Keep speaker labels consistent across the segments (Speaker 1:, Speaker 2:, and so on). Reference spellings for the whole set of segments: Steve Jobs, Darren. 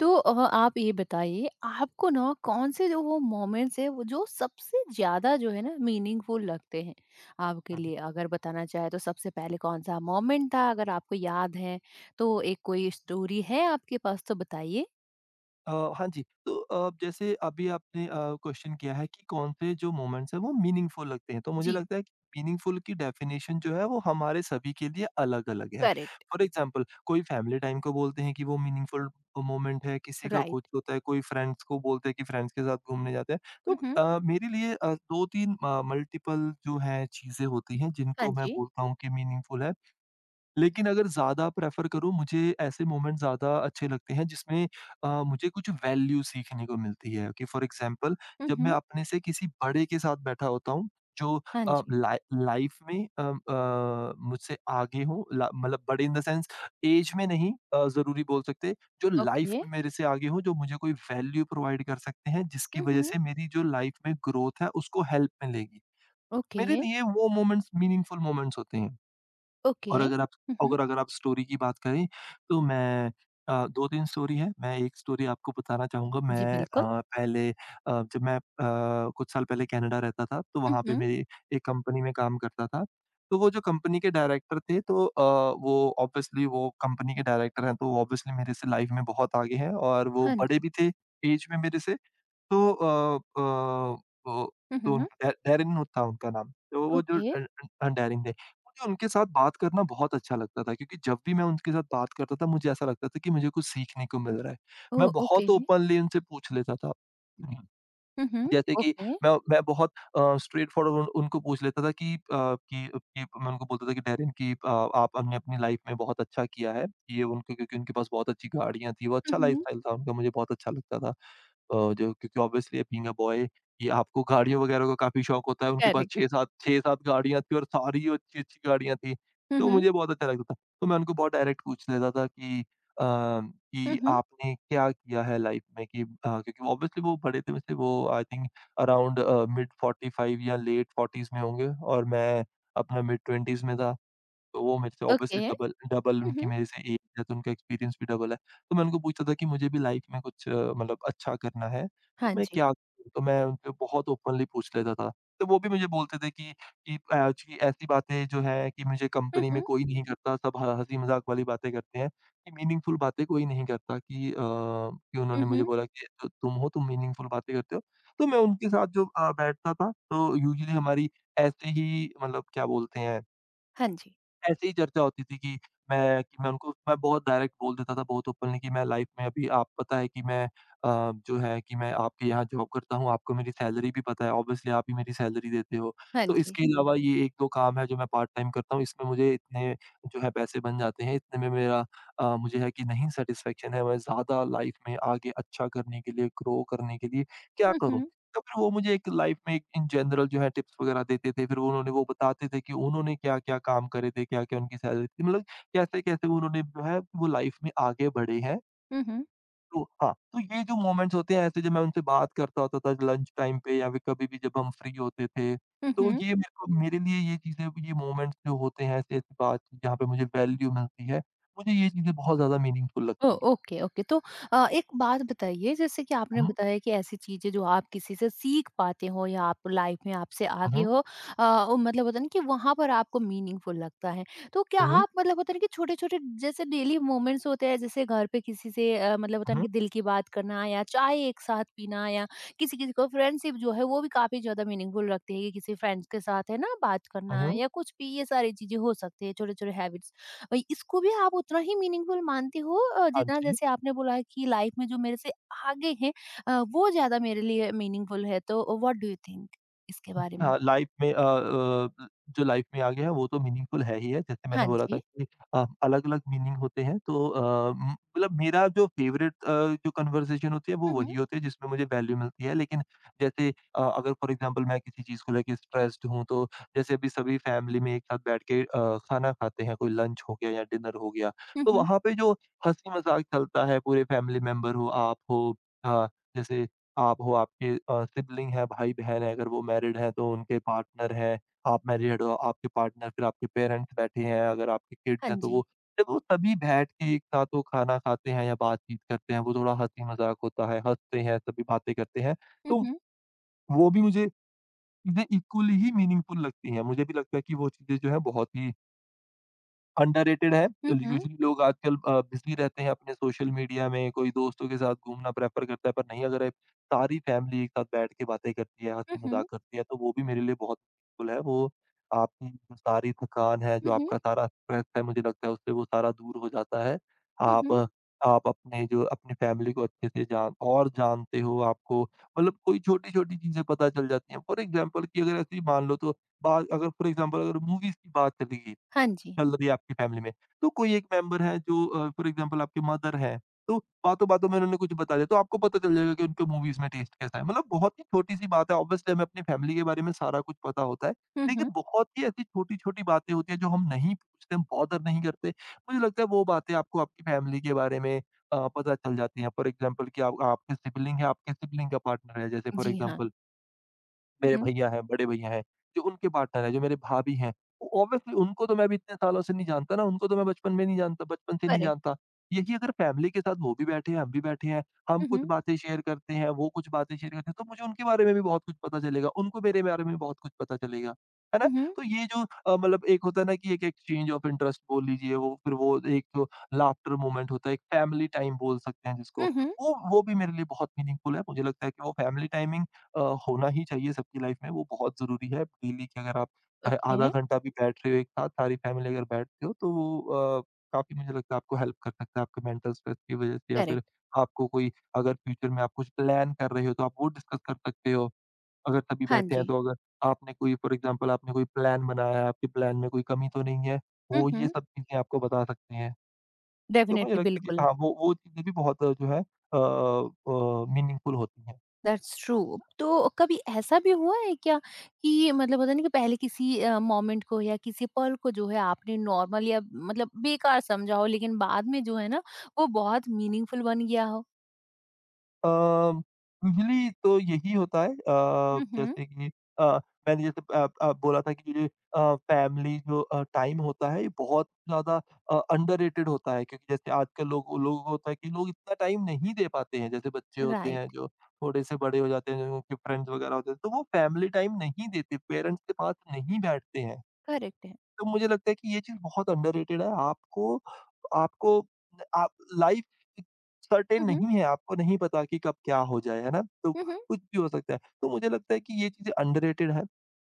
Speaker 1: तो आप ये बताइए आपको ना कौन-से जो वो मोमेंट्स हैं वो जो सबसे ज़्यादा जो है ना मीनिंगफुल लगते हैं आपके
Speaker 2: हाँ,
Speaker 1: लिए? अगर बताना चाहें तो सबसे पहले कौन-सा मोमेंट था? अगर आपको याद है तो एक कोई स्टोरी है आपके पास तो बताइए?
Speaker 2: हाँ जी, तो जैसे अभी आपने क्वेश्चन किया है कि कौन से जो मोमेंट्स हैं वो मीनिंगफुल लगते हैं, तो मुझे
Speaker 1: जी।
Speaker 2: लगता है कि मीनिंगफुल की डेफिनेशन जो है वो हमारे सभी के लिए अलग-अलग है।
Speaker 1: करेक्ट।
Speaker 2: फॉर एग्ज़ाम्पल कोई फैमिली टाइम को बोलते हैं कि वो मीनिंगफुल मोमेंट है, किसी का कुछ
Speaker 1: राइट।
Speaker 2: होता है, कोई फ्रेंड्स को बोलते हैं कि फ्रेंड्स के साथ घूमने जाते हैं। तो
Speaker 1: हुँ, हुँ।
Speaker 2: मेरे लिए 2-3 मल्टीपल जो है चीज़ें होती हैं
Speaker 1: हाँ
Speaker 2: जिनको मैं
Speaker 1: जी।
Speaker 2: बोलता हूँ कि मीनिंगफुल है। लेकिन अगर ज़्यादा प्रेफ़र करूँ, मुझे ऐसे मोमेंट ज़्यादा अच्छे लगते हैं जिसमें मुझे कुछ वैल्यू सीखने को मिलती है कि फ़ॉर एग्ज़ाम्पल
Speaker 1: हुँ,
Speaker 2: जब मैं
Speaker 1: हुँ।
Speaker 2: अपने से किसी बड़े के साथ बैठा होता हूँ, जो
Speaker 1: हाँ
Speaker 2: अ,
Speaker 1: जी।
Speaker 2: लाइ लाइफ़ में मुझसे आगे हो ला मतलब बड़े इन द सेंस ऐज में नहीं ज़रूरी बोल सकते, जो लाइफ़
Speaker 1: ओके।
Speaker 2: में मेरे से आगे हो, जो मुझे कोई वैल्यू प्रोवाइड कर सकते हैं, जिसकी
Speaker 1: हुँ,
Speaker 2: वज़ह
Speaker 1: हुँ।
Speaker 2: से मेरी जो लाइफ़ में ग्रोथ है, उसको हेल्प मिलेगी। मेरे
Speaker 1: ओके,
Speaker 2: लिए वो मोमेंट्स मीनिंगफुल मोमेंट्स होते हैं।
Speaker 1: ओके।
Speaker 2: और अगर आप
Speaker 1: हुँ, हुँ।
Speaker 2: अगर अगर आप स्टोरी की बात करें, तो मैं 2-3 स्टोरी है। मैं एक स्टोरी आपको बताना चाहूँगा।
Speaker 1: जी,
Speaker 2: मैं
Speaker 1: बिल्कुल।
Speaker 2: पहले जब मैं कुछ साल पहले कनाडा रहता था, तो
Speaker 1: हुँ,
Speaker 2: वहाँ पे
Speaker 1: हुँ।
Speaker 2: मेरी एक कंपनी में काम करता था। तो वो जो कंपनी के डायरेक्टर थे, तो वो ऑब्वियसली वो कंपनी के डायरेक्टर हैं, तो ऑब्वियसली मेरे से लाइफ़ में बहुत आगे हैं और वो
Speaker 1: हाँ
Speaker 2: बड़े
Speaker 1: जी।
Speaker 2: भी थे ऐज में मेरे से। तो वो
Speaker 1: हुँ,
Speaker 2: तो उन-
Speaker 1: हुँ।
Speaker 2: डै डैरेन होता उनका नाम। तो वो जो
Speaker 1: ओके।
Speaker 2: डैरेन थे। मुझे उनके साथ बात करना बहुत अच्छा लगता था क्योंकि जब भी मैं उनके साथ बात करता था, मुझे ऐसा लगता था कि मुझे कुछ सीखने को मिल रहा है।
Speaker 1: ओह!
Speaker 2: मैं
Speaker 1: ओके।
Speaker 2: बहुत ओपनली उनसे पूछ लेता था। हम्म,
Speaker 1: हुँ, हुँ।
Speaker 2: जैसे कि
Speaker 1: ओके।
Speaker 2: मैं बहुत स्ट्रेट फॉरवर्ड उन उनको पूछ लेता था कि कि मैं उनको बोलता था कि डैरेन कि आप आपने अपनी लाइफ में बहुत अच्छा किया है। ये उनको क्योंकि उनके पास बहुत अच्छी गाड़ियाँ थी, वो
Speaker 1: हुँ,
Speaker 2: अच्छा
Speaker 1: हुँ।
Speaker 2: लाइफ़स्टाइल था उनका, मुझे बहुत अच्छा लगता था। जो क्योंकि ऑब्वियसली बीइंग अ बॉय ये आपको गाड़ियों वगैरह का काफ़ी शौक होता है, उनके पास
Speaker 1: करेक्ट।
Speaker 2: 6-7 गाड़ियाँ थी और सारी अच्छी-अच्छी गाड़ियाँ थी,
Speaker 1: हुँ,
Speaker 2: तो
Speaker 1: हुँ।
Speaker 2: मुझे बहुत अच्छा लगता था। तो मैं उनको बहुत डायरेक्ट पूछ लेता था कि
Speaker 1: हुँ,
Speaker 2: कि
Speaker 1: हुँ।
Speaker 2: आपने क्या किया है लाइफ में कि क्योंकि ऑब्वियसली वो बड़े थे मुझसे वो आई थिंक अराउंड मिड 45 या लेट 40s में होंगे और मैं अपना मिड 20s में था। तो वो मेरे से ऑब्वियसली
Speaker 1: ओके।
Speaker 2: डबल डबल
Speaker 1: हुँ,
Speaker 2: उनकी
Speaker 1: हुँ।
Speaker 2: मेरे से एज है, तो उनका एक्सपीरियंस भी डबल है। तो मैं उनको पूछता था कि मुझे भी लाइफ में कुछ मतलब अच्छा करना है, तो
Speaker 1: हाँ
Speaker 2: मैं
Speaker 1: जी।
Speaker 2: क्या करूँ? तो मैं उनसे बहुत ओपनली पूछ लेता था। तो वो भी मुझे बोलते थे कि कि ऐसी बातें जो हैं कि मुझे
Speaker 1: हुँ,
Speaker 2: कंपनी में
Speaker 1: हुँ।
Speaker 2: कोई नहीं करता, सब ह हँसी-मज़ाक वाली बातें करते हैं, कि मीनिंगफुल बातें कोई नहीं करता कि कि
Speaker 1: हुँ,
Speaker 2: उन्होंने मुझे
Speaker 1: हुँ।
Speaker 2: बोला कि "तो तुम हो, तुम मीनिंगफुल बातें करते हो।" तो मैं उनके साथ जो बैठता था, तो यूजुअली हमारी ऐसे ही मतलब क्या बोलते हैं
Speaker 1: हाँ जी।
Speaker 2: ऐसे ही चर्चा होती थी कि मैं उनको मैं बहुत डायरेक्ट बोल देता था बहुत ओपनली कि मैं लाइफ में अभी आप पता है कि मैं अ, जो है कि मैं आपके यहाँ जॉब करता हूँ, आपको मेरी सैलरी भी पता है, ऑब्वियसली आप ही मेरी सैलरी देते हो।
Speaker 1: हाँ
Speaker 2: तो
Speaker 1: जी।
Speaker 2: इसके अलावा ये 1-2 काम है जो मैं पार्ट टाइम करता हूँ, इसमें मुझे इतने जो है पैसे बन जाते हैं, इतने में मेरा मुझे है कि नहीं सैटिस्फैक्शन है, मैं ज़्यादा लाइफ में आगे अच्छा करने के लिए, ग्रो करने के लिए क्या
Speaker 1: हुँ,
Speaker 2: करूँ?
Speaker 1: हुँ।
Speaker 2: तो फिर वो मुझे एक लाइफ में एक इन जनरल जो है टिप्स वगैरह देते थे। फिर वो उन्होंने वो बताते थे कि उन्होंने क्या-क्या काम करे थे, क्या-क्या उनकी सैलरी थी। मतलब कैसे-कैसे उन्होंने जो है वो लाइफ में आगे बढ़े हैं।
Speaker 1: हुँ, हुँ।
Speaker 2: तो हाँ, तो ये जो मोमेंट्स होते हैं ऐसे जब मैं उनसे बात करता होता था लंच टाइम पे या फिर कभी भी जब हम फ्री होते थे।
Speaker 1: हुँ,
Speaker 2: तो
Speaker 1: हुँ।
Speaker 2: ये मेरे को मेरे लिए ये चीज़ें ये मोमेंट्स जो होते हैं ऐसी-ऐसी बात जहाँ पे मुझे वैल्यू मिलती है, मुझे ये चीज़ें बहुत ज़्यादा मीनिंगफुल
Speaker 1: ओ,
Speaker 2: लगती हैं।
Speaker 1: Okay, okay. तो एक बात बताइए। जैसे कि आपने
Speaker 2: हुँ,
Speaker 1: बताया कि ऐसी चीजें जो आप किसी से सीख पाते हो या आप लाइफ में आपसे आगे
Speaker 2: हुँ,
Speaker 1: हो, वो मतलब होता है ना कि वहां पर आपको मीनिंगफुल लगता है। तो क्या
Speaker 2: हुँ,
Speaker 1: आप मतलब होता है ना कि छोटे छोटे जैसे डेली मोमेंट्स होते हैं, जैसे घर पे किसी से मतलब होता है ना
Speaker 2: हुँ,
Speaker 1: कि दिल की बात करना या चाय एक साथ पीना, या किसी किसी को फ्रेंडशिप जो है वो भी काफी ज्यादा मीनिंगफुल रखती है कि किसी फ्रेंड्स के साथ है ना बात
Speaker 2: हुँ,
Speaker 1: करना
Speaker 2: हुँ,
Speaker 1: या कुछ भी। ये सारी चीजें हो सकती है छोटे छोटे हैबिट्स, इसको भी आप उतना ही मीनिंगफुल मानती हो,
Speaker 2: हाँ
Speaker 1: जितना
Speaker 2: जी।
Speaker 1: जैसे आपने बोला कि लाइफ में जो मेरे से आगे हैं, वो ज़्यादा मेरे लिए मीनिंगफुल है, तो व्हाट डू यू थिंक इसके बारे में?
Speaker 2: हाँ, लाइफ में जो लाइफ में आ गया है वो तो मीनिंगफुल है ही है। जैसे
Speaker 1: हाँ
Speaker 2: मैंने बोला
Speaker 1: जी।
Speaker 2: था कि अलग-अलग मीनिंग होते हैं तो म मतलब मेरा जो फ़ेवरेट जो कन्वर्सेशन होती है वो
Speaker 1: हुँ, हुँ।
Speaker 2: वही होती है जिसमें मुझे वैल्यू मिलती है। लेकिन जैसे अगर फॉर एग्ज़ाम्पल मैं किसी चीज़ को लेके स्ट्रेस्ड हूँ तो जैसे अभी सभी फैमिली में एक साथ बैठ के खाना खाते हैं, कोई लंच हो गया या डिनर हो गया।
Speaker 1: हुँ,
Speaker 2: तो
Speaker 1: हुँ।
Speaker 2: वहाँ पे जो हँसी-मज़ाक चलता है पूरे फैमिली मेंबर हो, आप हो अ, जैसे आप हो, आपके सिबलिंग है, भाई-बहन है, अगर वो मैरिड हैं तो उनके पार्टनर हैं, आप मैरिड हो, आपके पार्टनर, फिर आपके पेरेंट्स बैठे हैं, अगर आपके किड्स
Speaker 1: हाँ
Speaker 2: हैं तो
Speaker 1: जी।
Speaker 2: वो जब वो सभी बैठ के एक साथ वो खाना खाते हैं या बातचीत करते हैं, वो थोड़ा हँसी-मज़ाक होता है, हँसते हैं, सभी बातें करते हैं,
Speaker 1: हुँ,
Speaker 2: तो
Speaker 1: हुँ।
Speaker 2: वो भी मुझे चीज़ें इक्वली ही मीनिंगफुल लगती हैं। मुझे भी लगता है कि वो चीज़ें जो हैं बहुत ही अंडररेटेड है।
Speaker 1: हुँ, हुँ।
Speaker 2: यूजुअली लोग आजकल बिज़ी रहते हैं अपने सोशल मीडिया में, कोई दोस्तों के साथ घूमना प्रेफ़र करता है, पर नहीं अगर सारी फैमिली एक साथ बैठ के बातें करती है,
Speaker 1: हुँ, हुँ।
Speaker 2: हँसी-मज़ाक करती है, तो वो भी मेरे लिए बहुत यूज़फुल है। वो आपकी जो सारी थकान है,
Speaker 1: हुँ,
Speaker 2: जो
Speaker 1: हुँ।
Speaker 2: आपका सारा स्ट्रेस है, मुझे लगता है उससे वो सारा दूर हो जाता है।
Speaker 1: हुँ,
Speaker 2: आप
Speaker 1: हुँ।
Speaker 2: अ, आप अपने जो अपनी फैमिली को अच्छे से जान और जानते हो आपको मतलब कोई छोटी-छोटी चीज़ें पता चल जाती हैं। फॉर एग्ज़ाम्पल कि अगर ऐसे ही मान लो तो बात अगर फॉर एग्ज़ाम्पल अगर मूवीज़ की बात चली गई
Speaker 1: हाँ जी।
Speaker 2: मतलब ये आपकी फैमिली में। तो कोई एक मेंबर है जो फॉर एग्ज़ाम्पल आपके मदर हैं, तो बातों-बातों में उन्होंने कुछ बता दिया, तो आपको पता चल जाएगा कि उनके मूवीज़ में टेस्ट कैसा है। मतलब बहुत ही छोटी-सी बात है, ऑब्वियसली हमें अपनी फैमिली के बारे में सारा कुछ पता होता है,
Speaker 1: हुँ, हुँ।
Speaker 2: लेकिन बहुत ही ऐसी छोटी-छोटी बातें होती हैं जो हम नहीं पूछते, हम बॉदर नहीं करते। मुझे लगता है वो बातें आपको आपकी फैमिली के बारे में पता चल जाती हैं। फॉर एग्ज़ाम्पल कि आप आपके सिबलिंग है, आपके सिबलिंग का पार्टनर है, जैसे फॉर
Speaker 1: जी हाँ।
Speaker 2: एग्ज़ाम्पल
Speaker 1: हुँ,
Speaker 2: मेरे
Speaker 1: हुँ।
Speaker 2: भैया हैं, बड़े भैया हैं, जो उनके पार्टनर हैं, जो मेरे भाभी हैं। ऑब्वियसली उनको तो मैं अभी इतने सालों से नहीं जानता ना, उनको तो मैं बचपन में नहीं जानता बचपन से नहीं
Speaker 1: करेक्ट।
Speaker 2: जानता। यही अगर फैमिली के साथ वो भी बैठे हैं, हम भी बैठे हैं, हम
Speaker 1: हुँ,
Speaker 2: कुछ
Speaker 1: हुँ।
Speaker 2: बातें शेयर करते हैं, वो कुछ बातें शेयर करते हैं, तो मुझे उनके बारे में भी बहुत कुछ पता चलेगा, उनको मेरे बारे में भी बहुत कुछ पता चलेगा। है ना?
Speaker 1: हुँ, हुँ।
Speaker 2: तो ये जो मतलब एक होता है ना कि एक एक्सचेंज ऑफ इंटरेस्ट बोल लीजिए, वो फिर वो एक जो लाफ्टर मोमेंट होता है, एक फैमिली टाइम बोल सकते हैं जिसको।
Speaker 1: हुँ, हुँ।
Speaker 2: वो भी मेरे लिए बहुत मीनिंगफुल है। मुझे लगता है कि वो फैमिली टाइमिंग अ, होना ही चाहिए सबकी लाइफ में, वो बहुत ज़रूरी है। डेली की अगर आप चाहे आधा
Speaker 1: ओके,
Speaker 2: घंटा भी बैठ रहे हो एक साथ, सारी फैमिली अगर बैठते हो, तो वो अ, काफ़ी मुझे लगता है आपको हेल्प कर सकता है, आपके मेंटल स्ट्रेस की वजह से या फिर
Speaker 1: करेक्ट।
Speaker 2: आपको कोई अगर फ्यूचर में आप कुछ प्लान कर रहे हो, तो आप वो डिस्कस कर सकते हो। अगर सभी
Speaker 1: हाँ
Speaker 2: बैठे हैं,
Speaker 1: जी।
Speaker 2: तो अगर आपने कोई फॉर एग्ज़ाम्पल आपने कोई प्लान बनाया है, आपके प्लान में कोई कमी तो नहीं है,
Speaker 1: हुँ,
Speaker 2: वो ये
Speaker 1: हुँ।
Speaker 2: सब चीज़ें आपको बता सकती हैं। तो मुझे
Speaker 1: डेफिनिटली,
Speaker 2: लगता है कि
Speaker 1: बिल्कुल।
Speaker 2: हाँ, वो चीज़ें भी बहुत जो है मीनिंगफुल होती हैं।
Speaker 1: That's true. तो कभी ऐसा भी हुआ है क्या कि मतलब होता है ना कि पहले किसी मोमेंट को या किसी पल को जो है आपने नॉर्मल या मतलब बेकार समझा हो, लेकिन बाद में जो है ना वो बहुत मीनिंगफुल बन गया हो?
Speaker 2: अ, यूजुअली तो यही होता है
Speaker 1: हुँ, हुँ।
Speaker 2: जैसे कि अ, मैंने जैसे बोला था कि ये फैमिली जो टाइम होता है ये बहुत ज़्यादा अंडररेटेड होता है क्योंकि जैसे आजकल लोग लोगों को होता है कि लोग इतना टाइम नहीं दे पाते हैं। जैसे बच्चे होते हैं
Speaker 1: राइट,
Speaker 2: जो थोड़े से बड़े हो जाते हैं, जो उनके फ्रेंड्स वगैरह होते हैं, तो वो फैमिली टाइम नहीं देते, पेरेंट्स के पास नहीं बैठते हैं।
Speaker 1: करेक्ट है।
Speaker 2: तो मुझे लगता है कि ये चीज़ बहुत अंडररेटेड है। आपको आपको आप लाइफ़ सर्टेन
Speaker 1: हुँ, हुँ।
Speaker 2: नहीं है, आपको नहीं पता कि कब क्या हो जाए, है ना? तो
Speaker 1: हुँ, हुँ।
Speaker 2: कुछ भी हो सकता है। तो मुझे लगता है कि ये चीज़ें अंडररेटेड है।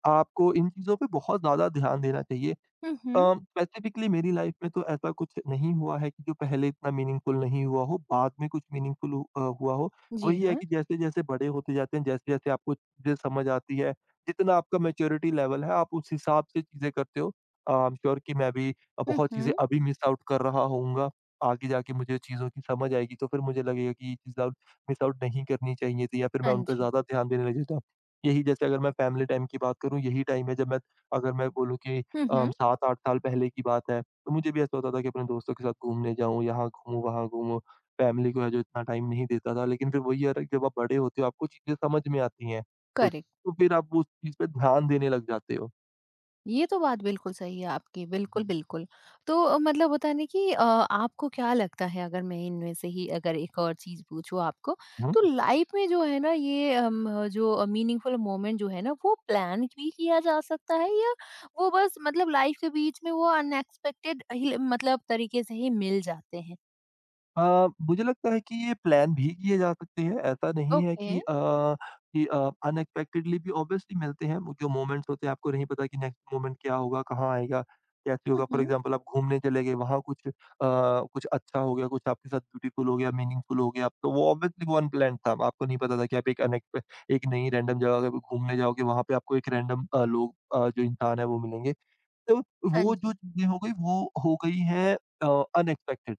Speaker 2: आपको इन चीज़ों पे बहुत ज़्यादा ध्यान देना चाहिए।
Speaker 1: हुँ, हुँ।
Speaker 2: स्पेसिफिकली मेरी लाइफ में तो ऐसा कुछ नहीं हुआ है कि जो पहले इतना मीनिंगफुल नहीं हुआ हो, बाद में कुछ मीनिंगफुल हुआ हो।
Speaker 1: जी
Speaker 2: वही है
Speaker 1: हाँ।
Speaker 2: कि जैसे-जैसे बड़े होते जाते हैं, जैसे-जैसे आपको चीज़ें समझ आती है, जितना आपका मैच्योरिटी लेवल है, आप उस हिसाब से चीज़ें करते हो। आई एम श्योर कि मैं भी
Speaker 1: हुँ,
Speaker 2: बहुत चीज़ें
Speaker 1: हुँ।
Speaker 2: अभी मिस आउट कर रहा होऊँगा। आगे जाके मुझे चीज़ों की समझ आएगी, तो फिर मुझे लगेगा कि ये चीज़ आउट मिस आउट नहीं करनी चाहिए थी या फिर मैं
Speaker 1: हाँ
Speaker 2: उन पे
Speaker 1: जी।
Speaker 2: ज़्यादा ध्यान देने लग जाता। यही जैसे अगर मैं फैमिली टाइम की बात करूँ, यही टाइम है जब मैं अगर मैं बोलूँ कि
Speaker 1: हुँ, हुँ।
Speaker 2: 7-8 साल पहले की बात है, तो मुझे भी ऐसा होता था कि अपने दोस्तों के साथ घूमने जाऊँ, यहाँ घूमूँ, वहाँ घूमूँ। फैमिली को है जो इतना टाइम नहीं देता था, लेकिन फिर वही है ना जब आप बड़े होते हो, आपको चीज़ें समझ में आती हैं कुछ,
Speaker 1: करेक्ट।
Speaker 2: तो फिर आप उस चीज़ पे ध्यान देने लग जाते हो।
Speaker 1: ये तो बात बिल्कुल सही है आपकी, बिल्कुल,
Speaker 2: जी।
Speaker 1: बिल्कुल। तो मतलब होता है ना कि आपको क्या लगता है, अगर मैं इनमें से ही अगर एक और चीज़ पूछूँ आपको, तो लाइफ़ में जो है ना ये जो मीनिंगफुल मोमेंट जो है ना वो प्लान भी किया जा सकता है, या वो बस मतलब लाइफ़ के बीच में वो अनएक्सपेक्टेड ही मतलब तरीके से ही मिल जाते हैं?
Speaker 2: मुझे लगता है कि ये प्लान भी किए जा सकते हैं। ऐसा नहीं है
Speaker 1: ओके।
Speaker 2: कि अनएक्सपेक्टेडली भी ऑब्वियसली मिलते हैं, वो जो मोमेंट्स होते हैं आपको नहीं पता कि नेक्स्ट मोमेंट क्या होगा, कहाँ आएगा, कैसे
Speaker 1: हुँ,
Speaker 2: होगा। For
Speaker 1: hmm.
Speaker 2: एग्ज़ाम्पल आप घूमने चले गए, वहाँ कुछ अच्छा हो गया, कुछ आपके साथ ब्यूटीफुल हो गया, मीनिंगफुल हो गया, तो वो ऑब्वियसली वो अनप्लान्ड था। आपको नहीं पता था कि आप एक नई रैंडम जगह पे घूमने जाओगे, वहाँ पे आपको एक रैंडम जो इंसान है वो मिलेंगे। तो
Speaker 1: हाँ
Speaker 2: वो जो
Speaker 1: जी,
Speaker 2: चीज़ें हो गई, वो हो गई हैं अनएक्सपेक्टेड।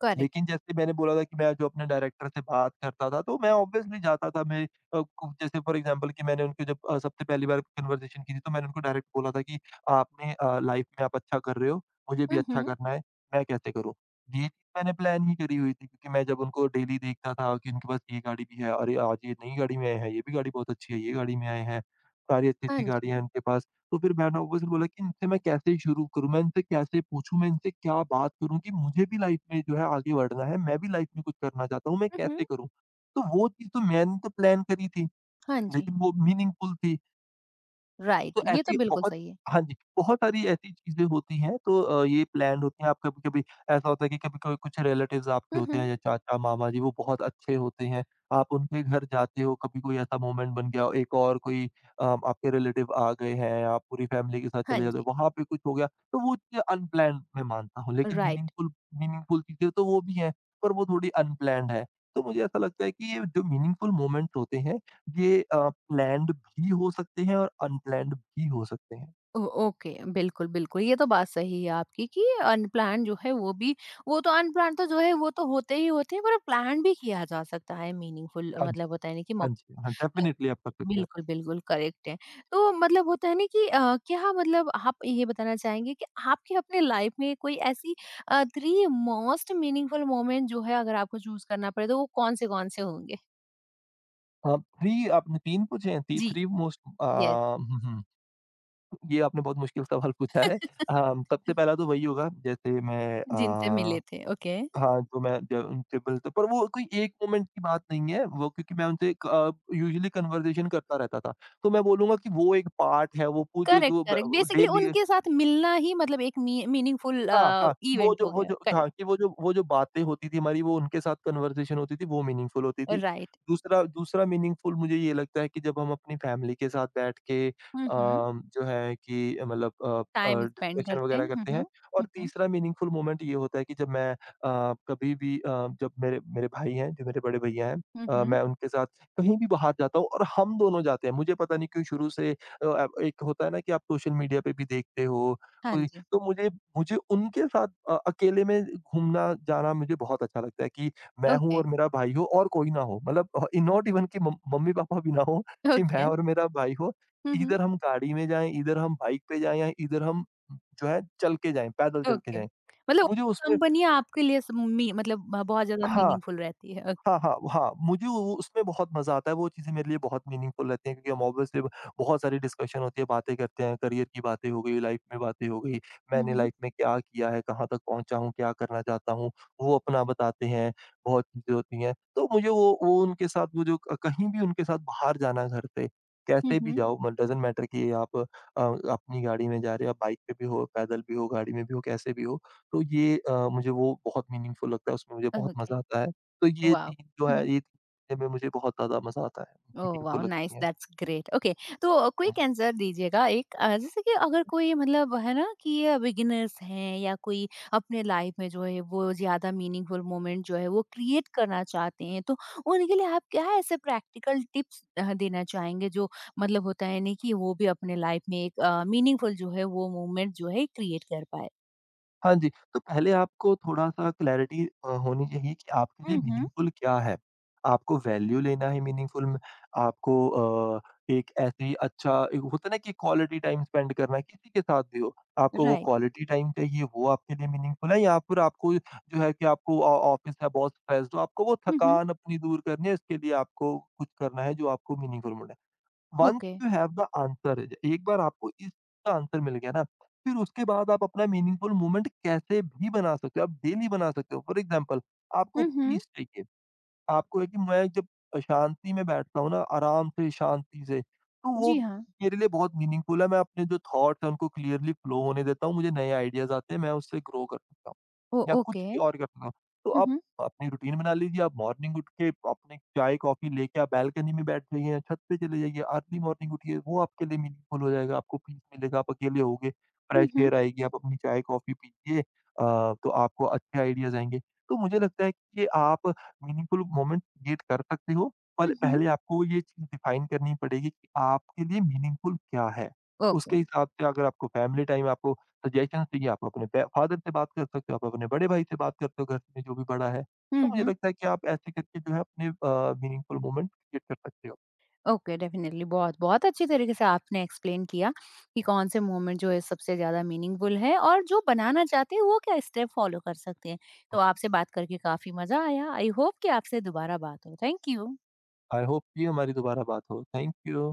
Speaker 1: करेक्ट।
Speaker 2: लेकिन जैसे मैंने बोला था कि मैं जो अपने डायरेक्टर से बात करता था, तो मैं ऑब्वियसली जाता था मैं अ, कु जैसे फॉर एग्ज़ाम्पल कि मैंने उनके जब सबसे पहली बार कन्वर्सेशन की थी, तो मैंने उनको डायरेक्ट बोला था कि लाइफ़ में आप अच्छा कर रहे हो, मुझे भी
Speaker 1: हुँ,
Speaker 2: अच्छा
Speaker 1: हुँ।
Speaker 2: करना है, मैं कैसे करूँ? ये चीज़ मैंने प्लान ही करी हुई थी क्योंकि मैं जब उनको डेली देखता था कि उनके पास ये गाड़ी भी है, अरे! आज ये नई गाड़ी में आए हैं, ये भी गाड़ी बहुत अच्छी है, ये गाड़ी में आए हैं, सारी
Speaker 1: हाँ
Speaker 2: अच्छी-अच्छी
Speaker 1: जी।
Speaker 2: गाड़ियाँ हैं उनके पास। तो फिर मैंने वो फिर बोला कि इनसे मैं कैसे शुरू करूँ? मैं इनसे कैसे पूछूँ? मैं इनसे क्या बात करूँ कि मुझे भी लाइफ़ में जो है आगे बढ़ना है, मैं भी लाइफ़ में कुछ करना चाहता हूँ, मैं
Speaker 1: हुँ, हुँ।
Speaker 2: कैसे करूँ? तो वो चीज़ तो मैंने तो प्लान करी थी,
Speaker 1: हाँ जी।
Speaker 2: लेकिन वो मीनिंगफुल थी।
Speaker 1: राइट,
Speaker 2: तो
Speaker 1: ये तो
Speaker 2: ऐसी
Speaker 1: बिल्कुल
Speaker 2: बहुत
Speaker 1: सही है।
Speaker 2: हाँ जी, बहुत सारी ऐसी चीज़ें होती हैं तो ये प्लान्ड होती हैं। आप कभी-कभी ऐसा होता है कि कभी-कभी कुछ रिलेटिव्स आपके
Speaker 1: हुँ,
Speaker 2: होते हैं
Speaker 1: हुँ।
Speaker 2: या चाचा-मामा जी, वो बहुत अच्छे होते हैं। आप उनके घर जाते हो, कभी कोई ऐसा मोमेंट बन गया हो, एक और कोई अ, आपके रिलेटिव आ गए हैं, आप पूरी फैमिली के साथ
Speaker 1: हाँ
Speaker 2: चले जाते हो,
Speaker 1: जी,
Speaker 2: वहाँ पे कुछ हो गया, तो वो चीज़ें अनप्लान्ड मैं मानता हूँ। लेकिन
Speaker 1: राइट।
Speaker 2: मीनिंगफुल मीनिंगफुल चीज़ें तो वो भी हैं, पर वो थोड़ी अनप्लान्ड है। तो मुझे ऐसा लगता है कि ये जो मीनिंगफुल मोमेंट्स होते हैं, ये प्लैन्ड भी हो सकते हैं और अनप्लैन्ड भी हो सकते हैं।
Speaker 1: ओ, ओके, बिल्कुल बिल्कुल, ये तो बात सही है आपकी कि अनप्लान जो है वो भी, वो तो अनप्लान तो जो है वो तो होते ही होते हैं, पर प्लान भी किया जा सकता है मीनिंगफुल।
Speaker 2: हाँ जी,
Speaker 1: मतलब होता है ना कि
Speaker 2: हाँ जी, हाँ,
Speaker 1: अ,
Speaker 2: डेफ़िनिटली आप कर सकते हो।
Speaker 1: बिल्कुल बिल्कुल करेक्ट है। तो मतलब होता है ना कि क्या मतलब आप ये बताना चाहेंगे कि आपके अपने लाइफ में कोई ऐसी थ्री मोस्ट मीनिंगफुल मोमेंट जो है, अगर आपको चूज करना पड़े तो वो कौन से होंगे?
Speaker 2: अ, 3 आपने 3 पूछे हैं, थी
Speaker 1: जी।
Speaker 2: 3 मोस्ट अ,
Speaker 1: यस।
Speaker 2: हुँ, हुँ, ये आपने बहुत मुश्किल सवाल पूछा है। सबसे पहला तो वही होगा जैसे
Speaker 1: जिनसे मिले थे। ओके।
Speaker 2: हाँ, तो मैं ज उनसे मिलता पर वो कोई एक मोमेंट की बात नहीं है, वो क्योंकि मैं उनसे यूजुअली कन्वर्सेशन करता रहता था। तो मैं बोलूँगा कि वो एक पार्ट है, वो पू जो
Speaker 1: करेक्ट,
Speaker 2: जो
Speaker 1: करेक्ट।
Speaker 2: ब
Speaker 1: बेसिकली
Speaker 2: डेली
Speaker 1: उनके साथ मिलना ही मतलब एक मी मीनिंगफुल
Speaker 2: हाँ, हाँ,
Speaker 1: इवेंट हो
Speaker 2: वो
Speaker 1: गया।
Speaker 2: जो
Speaker 1: करेक्ट,
Speaker 2: हाँ, कि वो जो बातें होती थी हमारी वो उनके साथ कन्वर्सेशन होती थी वो मीनिंगफुल होती थी।
Speaker 1: राइट।
Speaker 2: दूसरा दूसरा मीनिंगफुल मुझे ये लगता है कि जब हम अपनी फैमिली के साथ बैठ के
Speaker 1: हुँ, हुँ।
Speaker 2: जो है कि मतलब
Speaker 1: टाइम स्पेंड
Speaker 2: डिस्कशन
Speaker 1: करते हैं।
Speaker 2: वगैरह
Speaker 1: हुँ,
Speaker 2: करते हैं
Speaker 1: हुँ। हुँ,
Speaker 2: और
Speaker 1: हुँ।
Speaker 2: तीसरा मीनिंगफुल मोमेंट ये होता है कि जब मैं कभी भी जब मेरे मेरे भाई हैं, जो मेरे बड़े भैया हैं
Speaker 1: हुँ, हुँ।
Speaker 2: मैं उनके साथ कहीं भी बाहर जाता हूँ और हम दोनों जाते हैं। मुझे पता नहीं क्यों शुरू से एक होता है ना कि आप सोशल मीडिया पे भी देखते हो,
Speaker 1: हाँ
Speaker 2: कोई
Speaker 1: जी।
Speaker 2: तो मुझे मुझे उनके साथ अकेले में घूमना-जाना मुझे बहुत अच्छा लगता है कि मैं हूँ
Speaker 1: ओके,
Speaker 2: और मेरा भाई हो और कोई ना हो। मतलब नॉट इवन कि मम मम्मी-पापा भी ना हो कि मैं
Speaker 1: ओके।
Speaker 2: और मेरा भाई हो।
Speaker 1: हुँ, हुँ।
Speaker 2: इधर हम गाड़ी में जाएँ, इधर हम बाइक पे जाएँ या इधर हम जो है चल के जाएँ, पैदल चल के
Speaker 1: ओके।
Speaker 2: जाएँ।
Speaker 1: मतलब
Speaker 2: मुझे उसपे
Speaker 1: कंपनी आपके लिए स मी मतलब बहुत ज़्यादा
Speaker 2: हाँ।
Speaker 1: मीनिंगफुल रहती है। ओके।
Speaker 2: हाँ, हाँ, हाँ, मुझे वो उसमें बहुत मज़ा आता है, वो चीज़ें मेरे लिए बहुत मीनिंगफुल रहती हैं क्योंकि हम ऑब्वियसली बहुत सारी डिस्कशन होती है, बातें करते हैं, करियर की बातें हो गई, लाइफ में बातें हो गई,
Speaker 1: हुँ,
Speaker 2: मैंने
Speaker 1: हुँ।
Speaker 2: लाइफ में क्या किया है, कहाँ तक पहुँचा हूँ, क्या करना चाहता हूँ, वो अपना बताते हैं, बहुत चीज़ें होती हैं। तो मुझे वो उनके साथ वो जो क कहीं भी उनके साथ बाहर जाना घर से,
Speaker 1: हुँ,
Speaker 2: कैसे भी
Speaker 1: हुँ।
Speaker 2: जाओ म डज़न्ट मैटर कि आप अपनी गाड़ी में जा रहे हो, आप बाइक पे भी हो, पैदल भी हो, गाड़ी में भी हो, कैसे भी हो, तो ये मुझे वो बहुत मीनिंगफुल लगता है, उसमें मुझे बहुत
Speaker 1: ओके,
Speaker 2: मज़ा आता है। तो ये
Speaker 1: वाव!
Speaker 2: 3 जो
Speaker 1: हुँ,
Speaker 2: है
Speaker 1: हुँ।
Speaker 2: ये 3 चीज़ें में मुझे बहुत ज़्यादा मज़ा आता है,
Speaker 1: ओह,
Speaker 2: मीटिंग को
Speaker 1: वाओ, नाइस,
Speaker 2: लगती है।
Speaker 1: That's great. ओके, तो
Speaker 2: हुँ।
Speaker 1: क्विक आंसर दीजिएगा। एक जैसे कि अगर कोई मतलब है ना कि बिगिनर्स हैं, या कोई अपने लाइफ में जो है वो ज्यादा मीनिंगफुल मोमेंट जो है वो क्रिएट करना चाहते हैं, तो उनके लिए आप क्या ऐसे प्रैक्टिकल टिप्स देना चाहेंगे जो मतलब होता है नहीं कि वो भी अपने लाइफ में एक मीनिंगफुल जो है वो मोमेंट जो है क्रिएट कर पाए?
Speaker 2: हाँ जी, तो पहले आपको थोड़ा-सा क्लैरिटी होनी चाहिए कि आपके लिए
Speaker 1: हम्म।
Speaker 2: मीनिंगफुल क्या है? आपको वैल्यू लेना है मीनिंगफुल में, आपको अ, एक ऐसे ही अच्छा एक होता है ना कि क्वालिटी टाइम स्पेंड करना है, किसी के साथ भी हो, आपको वो
Speaker 1: राइट।
Speaker 2: क्वालिटी टाइम चाहिए, वो आपके लिए मीनिंगफुल है या फिर आपको जो है कि आपको ऑ ऑफ़िस है, बहुत स्ट्रेस्ड हो, आपको वो
Speaker 1: हम्म।
Speaker 2: थकान अपनी दूर करनी है, इसके लिए आपको कुछ करना है जो आपको मीनिंगफुल मिले। Once
Speaker 1: okay.
Speaker 2: You have the answer एक बार आपको इसका आंसर मिल गया ना, फिर उसके बाद आप अपना मीनिंगफुल मूवमेंट कैसे भी बना सकते हो, आप डेली बना सकते हो। फॉर एग्जाम्पल आपको
Speaker 1: हम्म।
Speaker 2: पीस चाहिए, आपको है कि मैं जब शांति में बैठता हूँ ना, आराम से, शांति से, तो वो
Speaker 1: जी हाँ।
Speaker 2: मेरे लिए बहुत मीनिंगफुल है। मैं अपने जो थॉट्स हैं, उनको क्लियरली फ्लो होने देता हूँ, मुझे नए आइडियाज़ आते हैं, मैं उससे ग्रो कर सकता हूँ।
Speaker 1: ओ,
Speaker 2: या कुछ
Speaker 1: ओके।
Speaker 2: भी और कर सकता हूँ। तो आप
Speaker 1: हम्म।
Speaker 2: अपनी रूटीन बना लीजिए, आप मॉर्निंग उठ के अपने चाय-कॉफ़ी लेके आप बालकनी में बैठ जाइए, या छत पे चले जाइए, अर्ली मॉर्निंग उठिए, वो आपके लिए मीनिंगफुल हो जाएगा, आपको पीस मिलेगा, आप अकेले होगे, फ्रेश
Speaker 1: हम्म।
Speaker 2: एयर आएगी, आप अपनी चाय-कॉफ़ी पीजिए अ, तो आपको अच्छे आइडियाज़ आएँगे। तो मुझे लगता है कि ये आप मीनिंगफुल मोमेंट क्रिएट कर सकते हो, पल
Speaker 1: हम्म।
Speaker 2: पहले आपको ये चीज़ डिफाइन करनी पड़ेगी कि आपके लिए मीनिंगफुल क्या है? उसके
Speaker 1: ओके।
Speaker 2: हिसाब से अगर आपको फैमिली टाइम आपको सजेशंस चाहिए, आप अपने पे फादर से बात कर सकते हो, आप अपने बड़े भाई से बात करते हो, घर में जो भी बड़ा है। तो मुझे लगता है कि आप ऐसे करके जो है अपने मीनिंगफुल मोमेंट क्रिएट कर सकते हो।
Speaker 1: ओके, डेफिनेटली, बहुत बहुत अच्छी तरीके से आपने एक्सप्लेन किया कि कौन से मोमेंट जो है सबसे ज्यादा मीनिंगफुल है, और जो बनाना चाहते हैं वो क्या स्टेप फॉलो कर सकते हैं। तो आपसे बात करके काफी मजा आया। आई होप कि आपसे दोबारा बात हो। Thank you.
Speaker 2: आई होप कि हमारी दोबारा बात हो। Thank you.